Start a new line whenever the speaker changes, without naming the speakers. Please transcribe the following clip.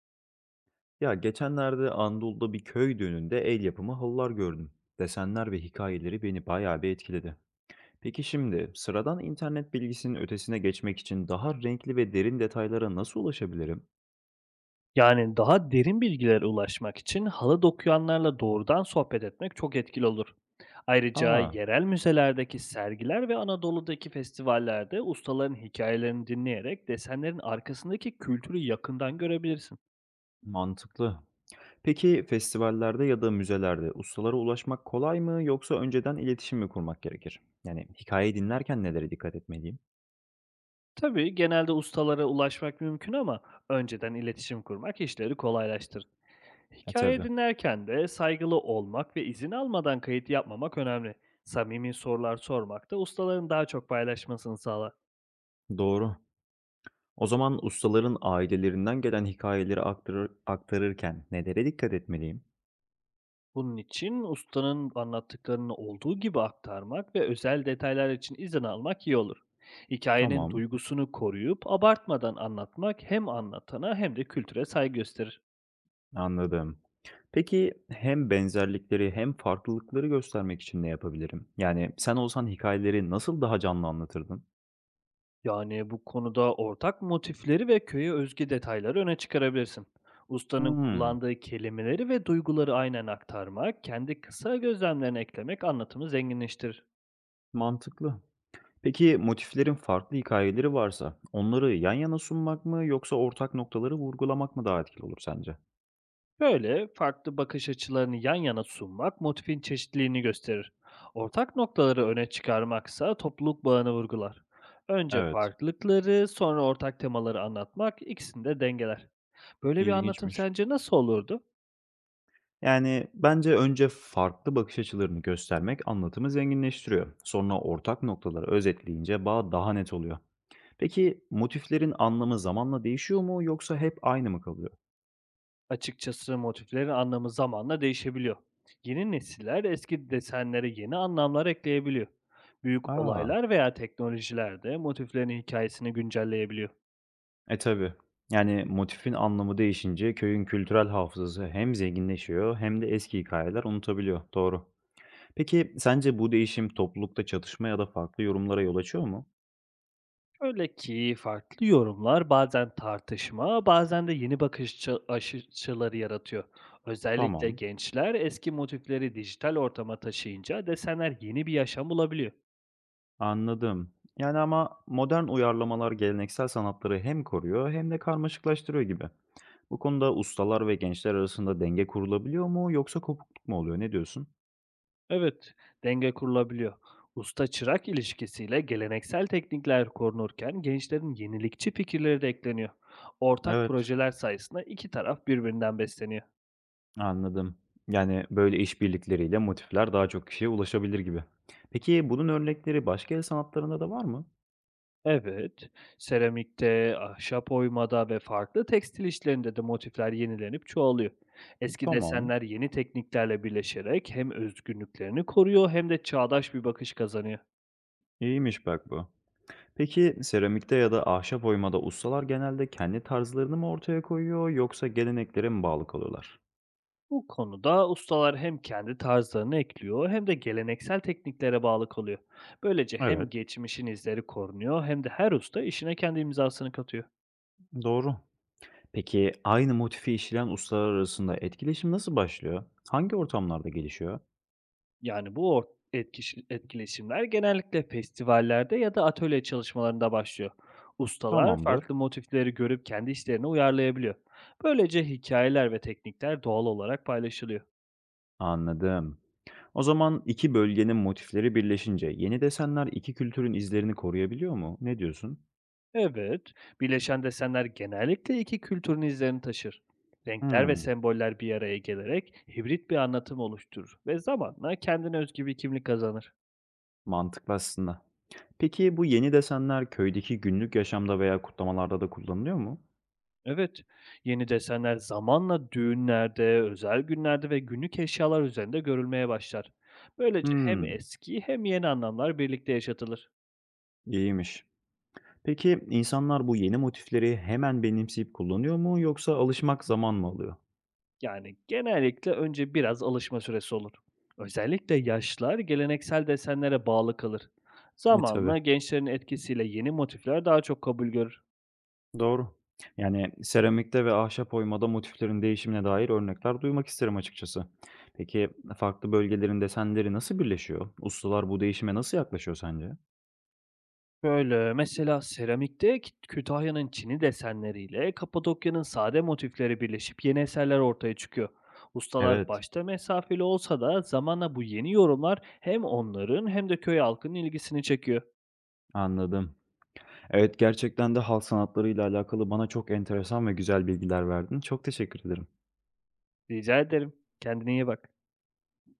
Ya geçenlerde Anadolu'da bir köy düğününde el yapımı halılar gördüm. Desenler ve hikayeleri beni bayağı bir etkiledi. Peki şimdi sıradan internet bilgisinin ötesine geçmek için daha renkli ve derin detaylara nasıl ulaşabilirim?
Yani daha derin bilgilere ulaşmak için halı dokuyanlarla doğrudan sohbet etmek çok etkili olur. Ayrıca
Aa,
yerel müzelerdeki sergiler ve Anadolu'daki festivallerde ustaların hikayelerini dinleyerek desenlerin arkasındaki kültürü yakından görebilirsin.
mantıklı. Peki festivallerde ya da müzelerde ustalara ulaşmak kolay mı yoksa önceden iletişim mi kurmak gerekir? Yani hikayeyi dinlerken nelere dikkat etmeliyim?
Tabii genelde ustalara ulaşmak mümkün, ama önceden iletişim kurmak işleri kolaylaştırır.
Ha
Hikaye
tabii,
dinlerken de saygılı olmak ve izin almadan kayıt yapmamak önemli. Samimi sorular sormak da ustaların daha çok paylaşmasını sağlar.
doğru. O zaman ustaların ailelerinden gelen hikayeleri aktarırken nelere dikkat etmeliyim?
Bunun için ustanın anlattıklarını olduğu gibi aktarmak ve özel detaylar için izin almak iyi olur. Hikayenin
Tamam,
duygusunu koruyup abartmadan anlatmak hem anlatana hem de kültüre saygı gösterir.
anladım. Peki hem benzerlikleri hem farklılıkları göstermek için ne yapabilirim? Yani sen olsan hikayeleri nasıl daha canlı anlatırdın?
Yani bu konuda ortak motifleri ve köye özgü detayları öne çıkarabilirsin. Ustanın
Hmm,
kullandığı kelimeleri ve duyguları aynen aktarmak, kendi kısa gözlemlerini eklemek anlatımı zenginleştirir.
mantıklı. Peki motiflerin farklı hikayeleri varsa onları yan yana sunmak mı yoksa ortak noktaları vurgulamak mı daha etkili olur sence?
Böyle farklı bakış açılarını yan yana sunmak motifin çeşitliliğini gösterir. Ortak noktaları öne çıkarmaksa topluluk bağını vurgular. Önce
Evet,
farklılıkları, sonra ortak temaları anlatmak ikisini de dengeler. Böyle bir anlatım
ilginçmiş.
sence nasıl olurdu?
Yani bence önce farklı bakış açılarını göstermek anlatımı zenginleştiriyor. Sonra ortak noktaları özetleyince bağ daha net oluyor. Peki motiflerin anlamı zamanla değişiyor mu yoksa hep aynı mı kalıyor?
Açıkçası motiflerin anlamı zamanla değişebiliyor. Yeni nesiller eski desenlere yeni anlamlar ekleyebiliyor. Büyük
Aa,
olaylar veya teknolojiler de motiflerin hikayesini güncelleyebiliyor.
E, tabii. Yani motifin anlamı değişince köyün kültürel hafızası hem zenginleşiyor hem de eski hikayeler unutabiliyor. Doğru. Peki sence bu değişim toplulukta çatışma ya da farklı yorumlara yol açıyor mu?
Öyle ki farklı yorumlar bazen tartışma, bazen de yeni açıları yaratıyor. Özellikle
Tamam,
gençler eski motifleri dijital ortama taşıyınca desenler yeni bir yaşam bulabiliyor.
anladım. Yani ama modern uyarlamalar geleneksel sanatları hem koruyor hem de karmaşıklaştırıyor gibi. Bu konuda ustalar ve gençler arasında denge kurulabiliyor mu yoksa kopukluk mu oluyor? Ne diyorsun?
Evet, denge kurulabiliyor. Usta çırak ilişkisiyle geleneksel teknikler korunurken gençlerin yenilikçi fikirleri de ekleniyor. Ortak
Evet.
projeler sayesinde iki taraf birbirinden besleniyor.
Anladım. Yani, böyle işbirlikleriyle motifler daha çok kişiye ulaşabilir gibi. Peki, bunun örnekleri başka el sanatlarında da var mı?
Evet, seramikte, ahşap oymada ve farklı tekstil işlerinde de motifler yenilenip çoğalıyor. Eski
Tamam,
desenler yeni tekniklerle birleşerek hem özgünlüklerini koruyor hem de çağdaş bir bakış kazanıyor.
iyiymiş bak bu. Peki, seramikte ya da ahşap oymada ustalar genelde kendi tarzlarını mı ortaya koyuyor yoksa geleneklere mi bağlı kalıyorlar?
Bu konuda ustalar hem kendi tarzlarını ekliyor hem de geleneksel tekniklere bağlı kalıyor. Böylece hem
Evet,
geçmişin izleri korunuyor hem de her usta işine kendi imzasını katıyor.
doğru. Peki, aynı motifi işleyen ustalar arasında etkileşim nasıl başlıyor? Hangi ortamlarda gelişiyor?
Yani bu or etkiş etkileşimler genellikle festivallerde ya da atölye çalışmalarında başlıyor. Ustalar
Tamamdır,
farklı motifleri görüp kendi işlerine uyarlayabiliyor. Böylece hikayeler ve teknikler doğal olarak paylaşılıyor.
anladım. O zaman 2 bölgenin motifleri birleşince yeni desenler 2 kültürün izlerini koruyabiliyor mu? Ne diyorsun?
Evet, birleşen desenler genellikle iki kültürün izlerini taşır. Renkler ve
Hımm,
semboller bir araya gelerek hibrit bir anlatım oluşturur ve zamanla kendine özgü bir kimlik kazanır.
mantıklı aslında. Peki bu yeni desenler köydeki günlük yaşamda veya kutlamalarda da kullanılıyor mu?
Evet, yeni desenler zamanla düğünlerde, özel günlerde ve günlük eşyalar üzerinde görülmeye başlar. Böylece hem
Hımm,
eski hem yeni anlamlar birlikte yaşatılır.
iyiymiş. Peki insanlar bu yeni motifleri hemen benimseyip kullanıyor mu yoksa alışmak zaman mı alıyor?
Yani genellikle önce biraz alışma süresi olur. Özellikle yaşlar geleneksel desenlere bağlı kalır.
E tabii.
Zamanla gençlerin etkisiyle yeni motifler daha çok kabul görür.
Doğru. Yani seramikte ve ahşap oymada motiflerin değişimine dair örnekler duymak isterim açıkçası. Peki farklı bölgelerin desenleri nasıl birleşiyor? Ustalar bu değişime nasıl yaklaşıyor sence?
Böyle mesela seramikte Kütahya'nın çini desenleriyle Kapadokya'nın sade motifleri birleşip yeni eserler ortaya çıkıyor. Ustalar
Evet,
başta mesafeli olsa da zamanla bu yeni yorumlar hem onların hem de köy halkının ilgisini çekiyor.
anladım. Evet, gerçekten de halk sanatlarıyla alakalı bana çok enteresan ve güzel bilgiler verdin. Çok teşekkür ederim.
Rica ederim. Kendine iyi bak.